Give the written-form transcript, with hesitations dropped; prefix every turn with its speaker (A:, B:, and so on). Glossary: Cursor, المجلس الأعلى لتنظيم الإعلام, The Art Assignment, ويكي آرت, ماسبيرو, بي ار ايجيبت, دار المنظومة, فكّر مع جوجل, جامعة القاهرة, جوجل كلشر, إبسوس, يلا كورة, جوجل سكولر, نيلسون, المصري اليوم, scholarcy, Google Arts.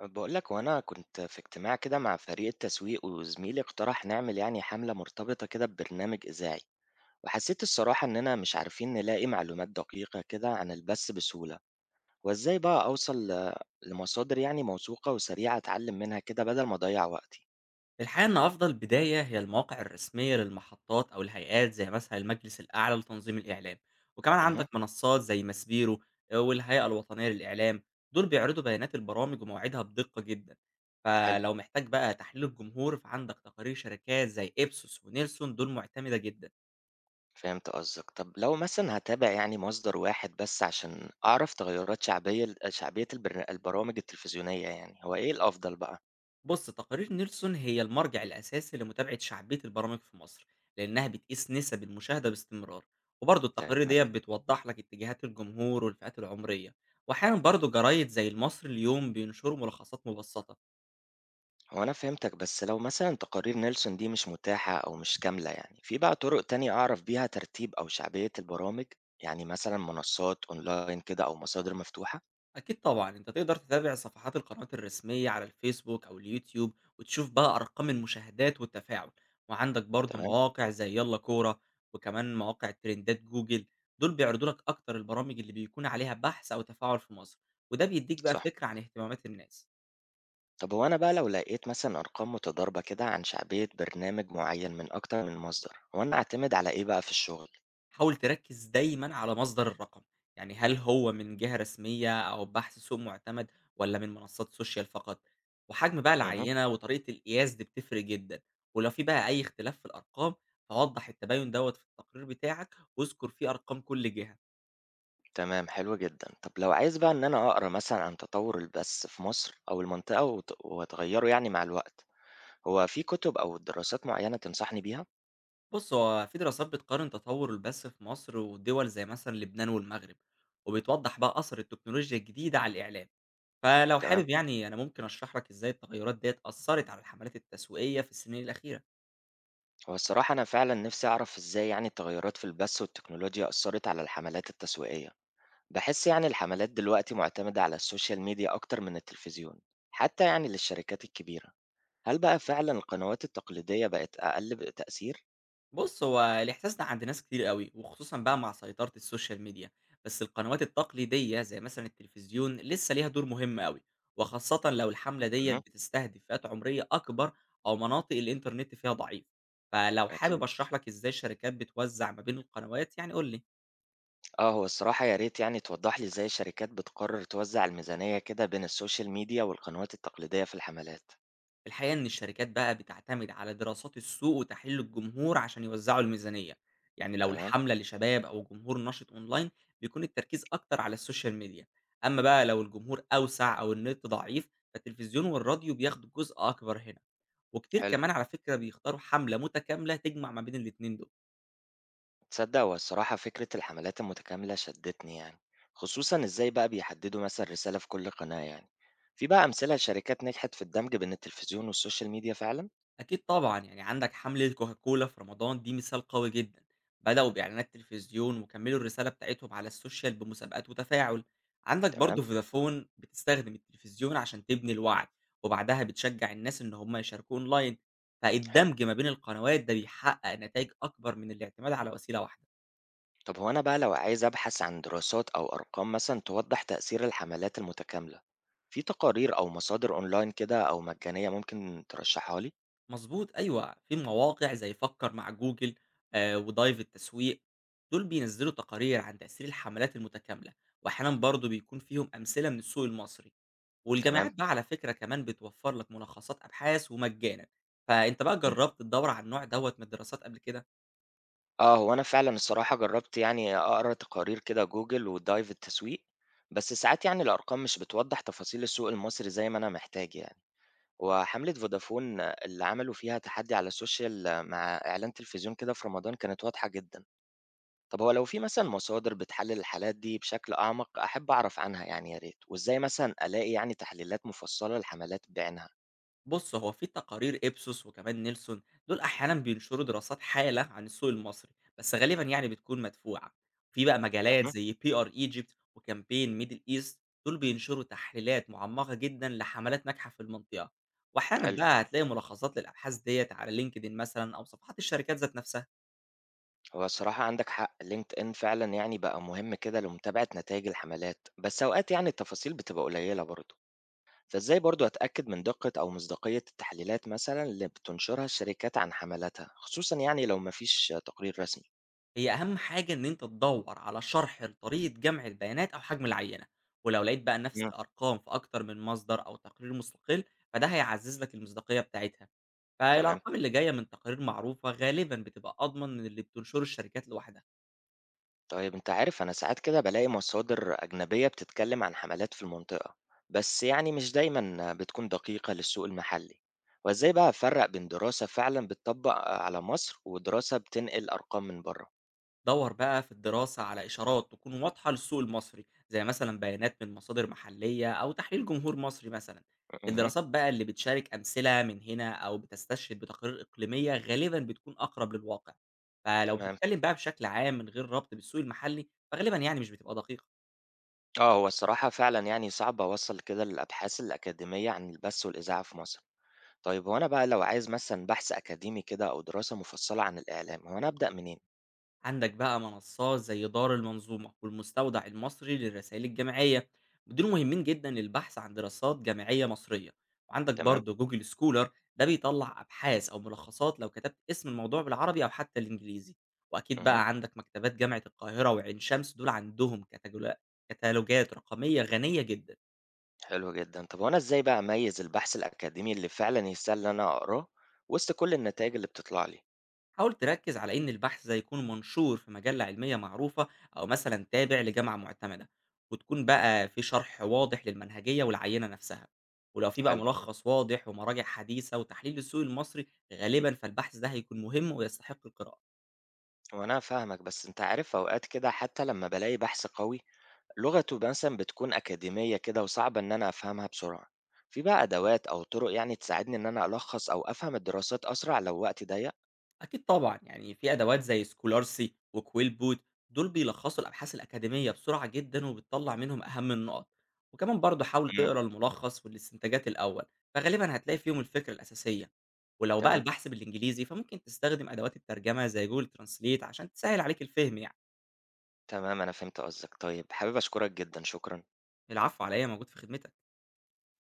A: بقول لك وانا كنت في اجتماع كده مع فريق التسويق، وزميلي اقترح نعمل يعني حملة مرتبطة كده ببرنامج إذاعي. وحسيت الصراحة إننا مش عارفين نلاقي معلومات دقيقة كده عن البث بسهولة. وإزاي بقى أوصل لمصادر يعني موثوقة وسريعة أتعلم منها كده بدل ما أضيع وقتي.
B: الحقيقة إن أفضل بداية هي المواقع الرسمية للمحطات أو الهيئات زي مثلا المجلس الأعلى لتنظيم الإعلام، وكمان
A: امم.
B: عندك منصات زي ماسبيرو آه، والهيئة الوطنية للإعلام، دول بيعرضوا بيانات البرامج ومواعيدها بدقة جدا،
A: حلو،
B: فلو محتاج بقى تحليل الجمهور فعندك تقارير شركات زي إبسوس ونيلسون دول معتمدة جدا.
A: فهمت قصدك. طب لو مثلا هتابع يعني مصدر واحد بس عشان أعرف تغيرات شعبية البرامج التلفزيونية، يعني هو إيه الأفضل بقى؟
B: بص تقارير نيلسون هي المرجع الأساسي لمتابعة شعبية البرامج في مصر، لأنها بتقيس نسب المشاهدة باستمرار، وبرضه التقارير
A: تمام.
B: ديت بتوضح لك اتجاهات الجمهور والفئات العمرية. وأحيانا برضه جرايد زي المصري اليوم بينشروا ملخصات مبسطة.
A: هو أنا فهمتك، بس لو مثلا تقارير نيلسون دي مش متاحة أو مش كاملة، يعني في بقى طرق تانية أعرف بيها ترتيب أو شعبية البرامج؟ يعني مثلا منصات أونلاين كده أو مصادر مفتوحة.
B: أكيد طبعًا، أنت تقدر تتابع صفحات القنوات الرسمية على الفيسبوك أو اليوتيوب، وتشوف بقى أرقام المشاهدات والتفاعل، وعندك برضه
A: تمام،
B: مواقع زي يلا كورة، وكمان مواقع ترندات جوجل، دول بيعرضوا لك أكتر البرامج اللي بيكون عليها بحث أو تفاعل في مصر، وده بيديك بقى
A: صح.
B: فكرة عن اهتمامات الناس.
A: طب هو أنا بقى لو لقيت مثلا أرقام متضاربة كده عن شعبية برنامج معين من أكتر من مصدر، هو أنا أعتمد على إيه بقى في الشغل؟
B: حاول تركّز دايمًا على مصدر الرقم، يعني هل هو من جهة رسمية أو بحث سوق مُعتمد والّا من منصات social فقط، وحجم بقى
A: مه.
B: العينة وطريقة القياس دي بتفرق جدًا. ولو في بقى أي اختلاف في الأرقام فوضّح التباين دوّة في التقرير بتاعك واذكر فيه أرقام كل جهة.
A: تمام، حلو جدا. طب لو عايز بقى إن أنا أقرأ مثلا عن تطور البث في مصر أو المنطقة وتغيره يعني مع الوقت، هو في كتب أو دراسات معينة تنصحني بيها؟
B: بُص، هو في دراسات بتقارن تطوّر البث في مصر ودول زي مثلًا لبنان والمغرب، وبتوضّح بقى أثر التكنولوجيا الجديدة على الإعلام، فلو
A: تمام.
B: حابب يعني أنا ممكن أشرح لك إزاي التغيرات ديّة أثّرت على الحملات التسويقية في السنين الأخيرة.
A: هو الصراحة أنا فعلا نفسي أعرف إزاي يعني التغيرات في البث والتكنولوجيا أثرت على الحملات التسويقية. بحس يعني الحملات دلوقتي معتمدة على السوشيال ميديا أكتر من التلفزيون، حتى يعني للشركات الكبيرة. هل بقى فعلا القنوات التقليدية بقت أقل تأثير؟
B: بُص، هو الإحساس ده عند ناس كتير أوي، وخصوصًا بقى مع سيطرة السوشيال ميديا، بس القنوات التقليدية زي مثلًا التلفزيون لسه ليها دور مهم أوي، وخاصةً لو الحملة ديّة
A: مه.
B: بتستهدف فئات عمرية أكبر أو مناطق الإنترنت فيها ضعيف، فلو حابب
A: أكيد.
B: أشرح لك إزاي الشركات بتوزع ما بين القنوات يعني قُل لي.
A: آه، هو الصراحة يا ريت يعني توضح لي إزاي الشركات بتقرر توزع الميزانية كده بين السوشيال ميديا والقنوات التقليدية في الحملات.
B: الحقيقة إن الشركات بقى بتعتمد على دراسات السوق وتحليل الجمهور عشان يوزعوا الميزانية، يعني لو
A: تمام؟
B: الحملة لشباب أو جمهور نشط أونلاين بيكون التركيز أكتر على السوشيال ميديا، أما بقى لو الجمهور أوسع أو النت ضعيف فالتلفزيون والراديو بياخدوا جزء أكبر هنا، وكتير
A: حلو.
B: كمان على فكرة بيختاروا حملة متكاملة تجمع ما بين الاتنين دول.
A: تصدق هو الصراحة فكرة الحملات المتكاملة شدتني يعني، خصوصا ازاي بقى بيحددوا مثلا رسالة في كل قناة يعني. في بقى أمثلة لشركات نجحت في الدمج بين التلفزيون والسوشيال ميديا فعلا؟
B: أكيد طبعًا، يعني عندك حملة كوكاكولا في رمضان دي مثال قوي جدًا، بدأوا بإعلانات تلفزيون وكمّلوا الرسالة بتاعتهم على السوشيال بمسابقات وتفاعل، عندك
A: تمام.
B: برضه فودافون بتستخدم التلفزيون عشان تبني الوعي، وبعدها بتشجّع الناس إن هم يشاركوا أونلاين،
A: حلو.
B: فالدمج ما بين القنوات ده بيحقق نتايج أكبر من الاعتماد على وسيلة واحدة.
A: طب هو أنا بقى لو عايز أبحث عن دراسات أو أرقام مثلا توضح تأثير الحملات المتكاملة، في تقارير أو مصادر أونلاين كده أو مجانية ممكن ترشحها لي؟
B: مضبوط أيوه، في مواقع زي فكّر مع جوجل ودايف التسويق، دول بينزّلوا تقارير عن تأثير الحملات المتكاملة، وأحيانًا برضه بيكون فيهم أمثلة من السوق المصري،
A: تمام.
B: والجامعات بقى على فكرة كمان بتوفّر لك ملخصات أبحاث ومجانًا، فأنت بقى جرّبت تدوّر على النوع دوّة من الدراسات قبل كده؟
A: آه، هو أنا فعلًا الصراحة جرّبت يعني أقرا تقارير كده جوجل وDive التسويق، بس ساعات يعني الأرقام مش بتوضّح تفاصيل السوق المصري زي ما أنا محتاج يعني، وحملة فودافون اللي عملوا فيها تحدّي على السوشيال مع إعلان تلفزيون كده في رمضان كانت واضحة جدًا. طب هو لو في مثلًا مصادر بتحلّل الحالات دي بشكل أعمق، أحب أعرف عنها يعني يا ريت، وإزاي مثلًا ألاقي يعني تحليلات مفصّلة لحملات بعينها؟
B: بص هو في تقارير ابسوس وكمان نيلسون، دول احيانا بينشروا دراسات حاله عن السوق المصري، بس غالبا يعني بتكون مدفوعه. في بقى مجالات
A: اهم.
B: زي بي ار ايجيبت وكامبين ميدل ايست دول بينشروا تحليلات معمقه جدا لحملات ناجحه في المنطقه، واحيانا
A: حلو.
B: بقى هتلاقي ملخصات للابحاث ديت على لينكدين مثلا او صفحات الشركات ذات نفسها.
A: هو الصراحة عندك حق LinkedIn فعلا، يعني بقى مهم كده لمتابعة نتائج الحملات، بس أوقات يعني التفاصيل بتبقى قليلة برضه. فإزاي برضه أتأكد من دقة أو مصداقية التحليلات مثلا اللي بتنشرها الشركات عن حملاتها، خصوصا يعني لو مفيش تقرير رسمي؟
B: هي أهم حاجة إن أنت تدوّر على شرح لطريقة جمع البيانات أو حجم العينة، ولو لقيت بقى نفس
A: مم.
B: الأرقام في أكتر من مصدر أو تقرير مستقل، فده هيعزّز لك المصداقية بتاعتها.
A: تمام.
B: فالأرقام اللي جاية من تقارير معروفة غالبًا بتبقى أضمن من اللي بتنشره الشركات لوحدها.
A: طيب أنت عارف أنا ساعات كده بلاقي مصادر أجنبية بتتكلم عن حملات في المنطقة، بس يعني مش دايما بتكون دقيقة للسوق المحلي. وإزاي بقى أفرق بين دراسة فعلا بتطبق على مصر ودراسة بتنقل أرقام من بره؟
B: دور بقى في الدراسة على إشارات تكون واضحة للسوق المصري زي مثلا بيانات من مصادر محلية أو تحليل جمهور مصري مثلا. الدراسات بقى اللي بتشارك أمثلة من هنا أو بتستشهد بتقارير إقليمية غالبا بتكون أقرب للواقع، فلو
A: تمام.
B: بتتكلم بقى بشكل عام من غير ربط بالسوق المحلي فغالبا يعني مش بتبقى دقيقة.
A: آه، هو الصراحة فعلًا يعني صعب أوصّل كده الأبحاث الأكاديمية عن البث والإذاعة في مصر. طيب هو أنا بقى لو عايز مثلًا بحث أكاديمي كده أو دراسة مفصّلة عن الإعلام، هو أنا أبدأ منين؟
B: عندك بقى منصات زي دار المنظومة والمستودع المصري للرسائل الجامعية، دول مهمين جدا للبحث عن دراسات جامعية مصرية، وعندك
A: تمام.
B: برضه جوجل سكولر، ده بيطلع أبحاث أو ملخصات لو كتبت اسم الموضوع بالعربي أو حتى الإنجليزي. وأكيد
A: اهم.
B: بقى عندك مكتبات جامعة القاهرة وعين شمس دول عندهم كتالوجات رقمية غنية جدا.
A: حلو جدًا. طب هو أنا إزاي بقى أميّز البحث الأكاديمي اللي فعلًا يستاهل إن أنا أقراه وسط كل النتايج اللي بتطلع لي؟
B: حاول تركز على إن البحث ده يكون منشور في مجلة علمية معروفة أو مثلا تابع لجامعة معتمدة، وتكون بقى في شرح واضح للمنهجية والعينة نفسها، ولو في بقى
A: حلو.
B: ملخص واضح ومراجع حديثة وتحليل للسوق المصري غالبا فالبحث ده هيكون مهم ويستحق القراءة.
A: هو أنا فاهمك، بس أنت عارف أوقات كده حتى لمّا بالاقي بحث قوي لغته مثلًا بتكون أكاديمية كده وصعب إن أنا أفهمها بسرعة، في بقى أدوات أو طرق يعني تساعدني إن أنا ألخّص أو أفهم الدراسات أسرع لو وقتي ضيّق؟
B: أكيد طبعًا، يعني في أدوات زي scholarcy وquill boot، دول بيلخصوا الأبحاث الأكاديمية بسرعة جدًا وبتطلّع منهم أهم النقط، وكمان برضه حاول
A: إمم.
B: تقرا الملخص والاستنتاجات الأول، فغالبًا هتلاقي فيهم الفكرة الأساسية، ولو بقى
A: تمام.
B: البحث بالإنجليزي فممكن تستخدم أدوات الترجمة زي Google translate عشان تسهل عليك الفهم يعني.
A: تمام أنا فهمت قصدك. طيب حابب أشكرك جدًا. شكرًا.
B: العفو على إيه، أنا موجود في خدمتك.